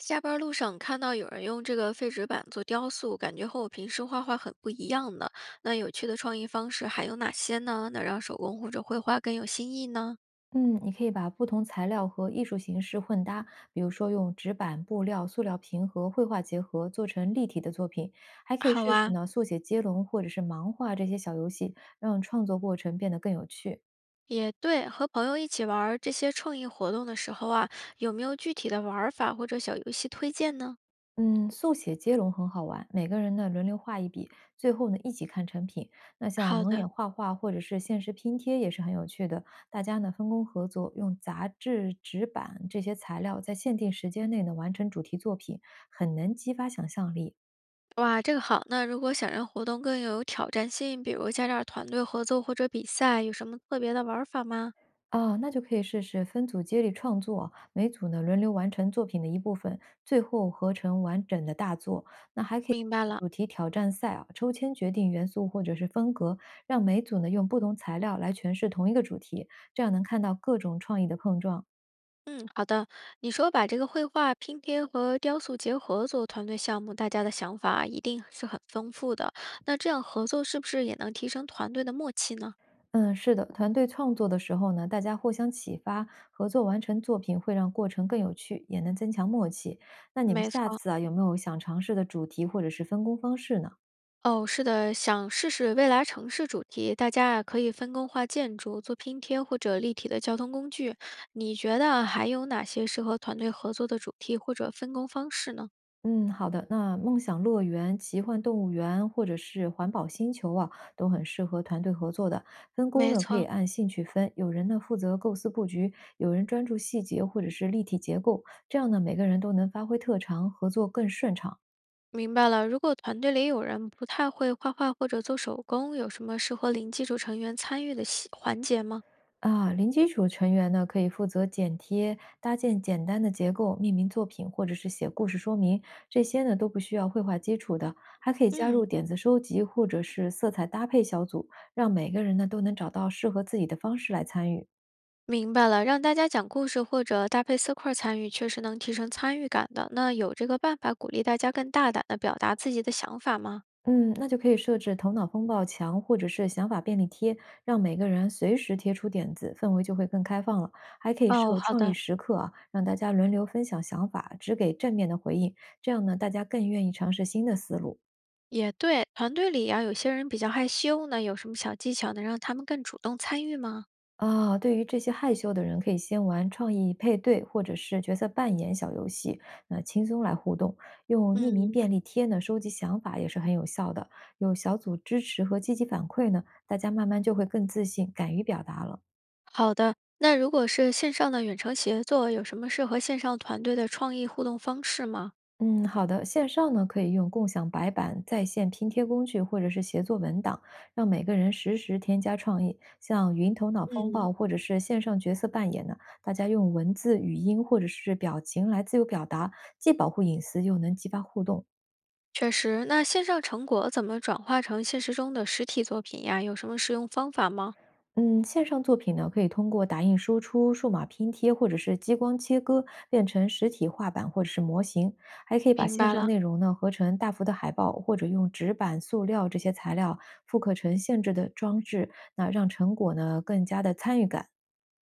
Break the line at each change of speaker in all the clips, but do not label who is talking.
下班路上看到有人用这个废纸板做雕塑，感觉和我平时画画很不一样呢。那有趣的创意方式还有哪些呢？能让手工或者绘画更有新意呢？
嗯，你可以把不同材料和艺术形式混搭，比如说用纸板、布料、塑料瓶和绘画结合，做成立体的作品。还可以
好
试试
啊，
呢速写接龙或者是盲画这些小游戏，让创作过程变得更有趣。
也对。和朋友一起玩儿这些创意活动的时候啊，有没有具体的玩儿法或者小游戏推荐呢？
嗯，速写接龙很好玩，每个人呢轮流画一笔，最后呢一起看成品。那像
好
蒙
的，
眼画画或者是限时拼贴也是很有趣的，大家呢分工合作，用杂志、纸板这些材料在限定时间内呢完成主题作品，很能激发想象力。
哇，这个好。那如果想让活动更有挑战性，比如加点儿团队合作或者比赛，有什么特别的玩儿法吗？
啊，那就可以试试分组接力创作，每组呢轮流完成作品的一部分，最后合成完整的大作。那还可以
明白了。
主题挑战赛啊，抽签决定元素或者是风格，让每组呢用不同材料来诠释同一个主题，这样能看到各种创意的碰撞。
嗯，好的。你说把这个绘画、拼贴和雕塑结合做团队项目，大家的想法一定是很丰富的。那这样合作是不是也能提升团队的默契呢？
嗯，是的，团队创作的时候呢，大家互相启发，合作完成作品会让过程更有趣，也能增强默契。那你们
没
下
错，
次啊，有没有想尝试的主题或者是分工方式呢？
哦，是的，想试试未来城市主题，大家啊可以分工画建筑、做拼贴或者立体的交通工具。你觉得还有哪些适合团队合作的主题或者分工方式呢？
嗯，好的。那梦想乐园、奇幻动物园或者是环保星球啊，都很适合团队合作的。分工
没
呢可以
错，
按兴趣分，有人呢负责构思布局，有人专注细节或者是立体结构，这样呢每个人都能发挥特长，合作更顺畅。
明白了，如果团队里有人不太会画画或者做手工，有什么适合零基础成员参与的细环节吗？
啊，零基础成员呢，可以负责剪贴、搭建简单的结构、命名作品，或者是写故事说明，这些呢都不需要绘画基础的，还可以加入
嗯，
点子收集或者是色彩搭配小组，让每个人呢都能找到适合自己的方式来参与。
明白了，让大家讲故事或者搭配色块参与，确实能提升参与感的。那有这个办法鼓励大家更大胆的表达自己的想法吗？
嗯，那就可以设置头脑风暴墙或者是想法便利贴，让每个人随时贴出点子，氛围就会更开放了。还可以
哦，
设
好
创意
的，
时刻啊，让大家轮流分享想法，只给正面的回应，这样呢，大家更愿意尝试新的思路。
也对。团队里呀、有些人比较害羞，那有什么小技巧能让他们更主动参与吗？
啊，对于这些害羞的人，可以先玩创意配对或者是角色扮演小游戏，那轻松来互动。用匿名
嗯，
便利贴呢，收集想法也是很有效的。有小组支持和积极反馈呢，大家慢慢就会更自信，敢于表达了。
好的。那如果是线上的远程协作，有什么适合线上团队的创意互动方式吗？
嗯，好的。线上呢，可以用共享白板、在线拼贴工具，或者是协作文档，让每个人实时添加创意。像云头脑风
嗯，
暴或者是线上角色扮演呢，大家用文字、语音或者是表情来自由表达，既保护隐私，又能激发互动。
确实。那线上成果怎么转化成现实中的实体作品呀？有什么实用方法吗？
嗯，线上作品呢，可以通过打印输出、数码拼贴或者是激光切割，变成实体画板或者是模型，还可以把
明
线
白
上
了。
内容呢合成大幅的海报，或者用纸板、塑料这些材料复刻成限制的装置，那让成果呢更加的参与感。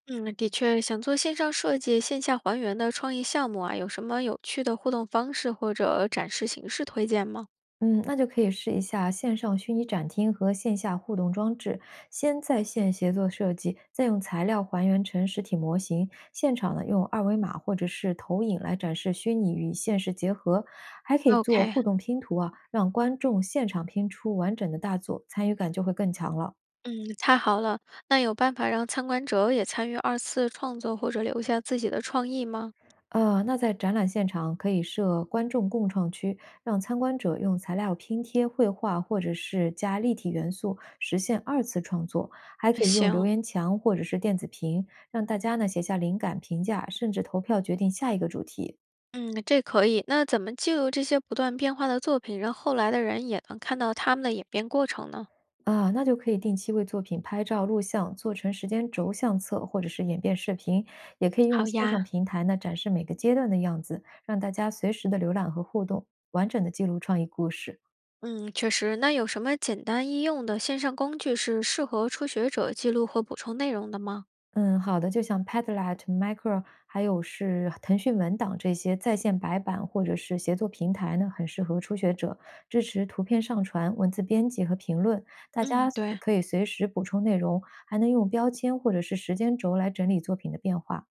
嗯，的确，想做线上设计、线下还原的创意项目啊，有什么有趣的互动方式或者展示形式推荐吗
嗯，那就可以试一下线上虚拟展厅和线下互动装置，先在线协作设计，再用材料还原成实体模型，现场呢用二维码或者是投影来展示虚拟与现实结合，还可以做
？OK，
互动拼图啊，让观众现场拼出完整的大作，参与感就会更强了。
嗯，太好了。那有办法让参观者也参与二次创作或者留下自己的创意吗？
那在展览现场可以设观众共创区，让参观者用材料拼贴、绘画或者是加立体元素，实现二次创作。还可以用留
行，
言墙或者是电子屏，让大家呢写下灵感、评价，甚至投票决定下一个主题。
嗯，这可以。那怎么记录这些不断变化的作品，让后来的人也能看到他们的演变过程呢？
啊，那就可以定期为作品拍照、录像，做成时间轴相册或者是演变视频，也可以用
好
线上
呀，
平台呢展示每个阶段的样子，让大家随时的浏览和互动，完整的记录创意故事。
嗯，确实。那有什么简单易用的线上工具是适合初学者记录和补充内容的吗？
嗯，好的，就像 Padlet、Micro，还有是腾讯文档这些在线白板或者是协作平台呢，很适合初学者，支持图片上传、文字编辑和评论，大家
嗯，对，
可以随时补充内容，还能用标签或者是时间轴来整理作品的变化。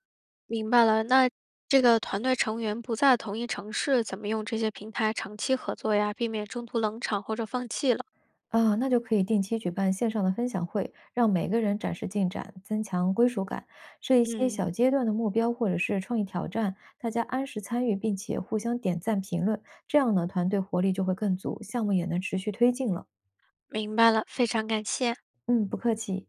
明白了。那这个团队成员不在同一城市，怎么用这些平台长期合作呀？避免中途冷场或者放弃了。
啊，那就可以定期举办线上的分享会，让每个人展示进展，增强归属感。设一些
嗯，
小阶段的目标或者是创意挑战，大家按时参与，并且互相点赞评论，这样呢，团队活力就会更足，项目也能持续推进了。
明白了，非常感谢。
嗯，不客气。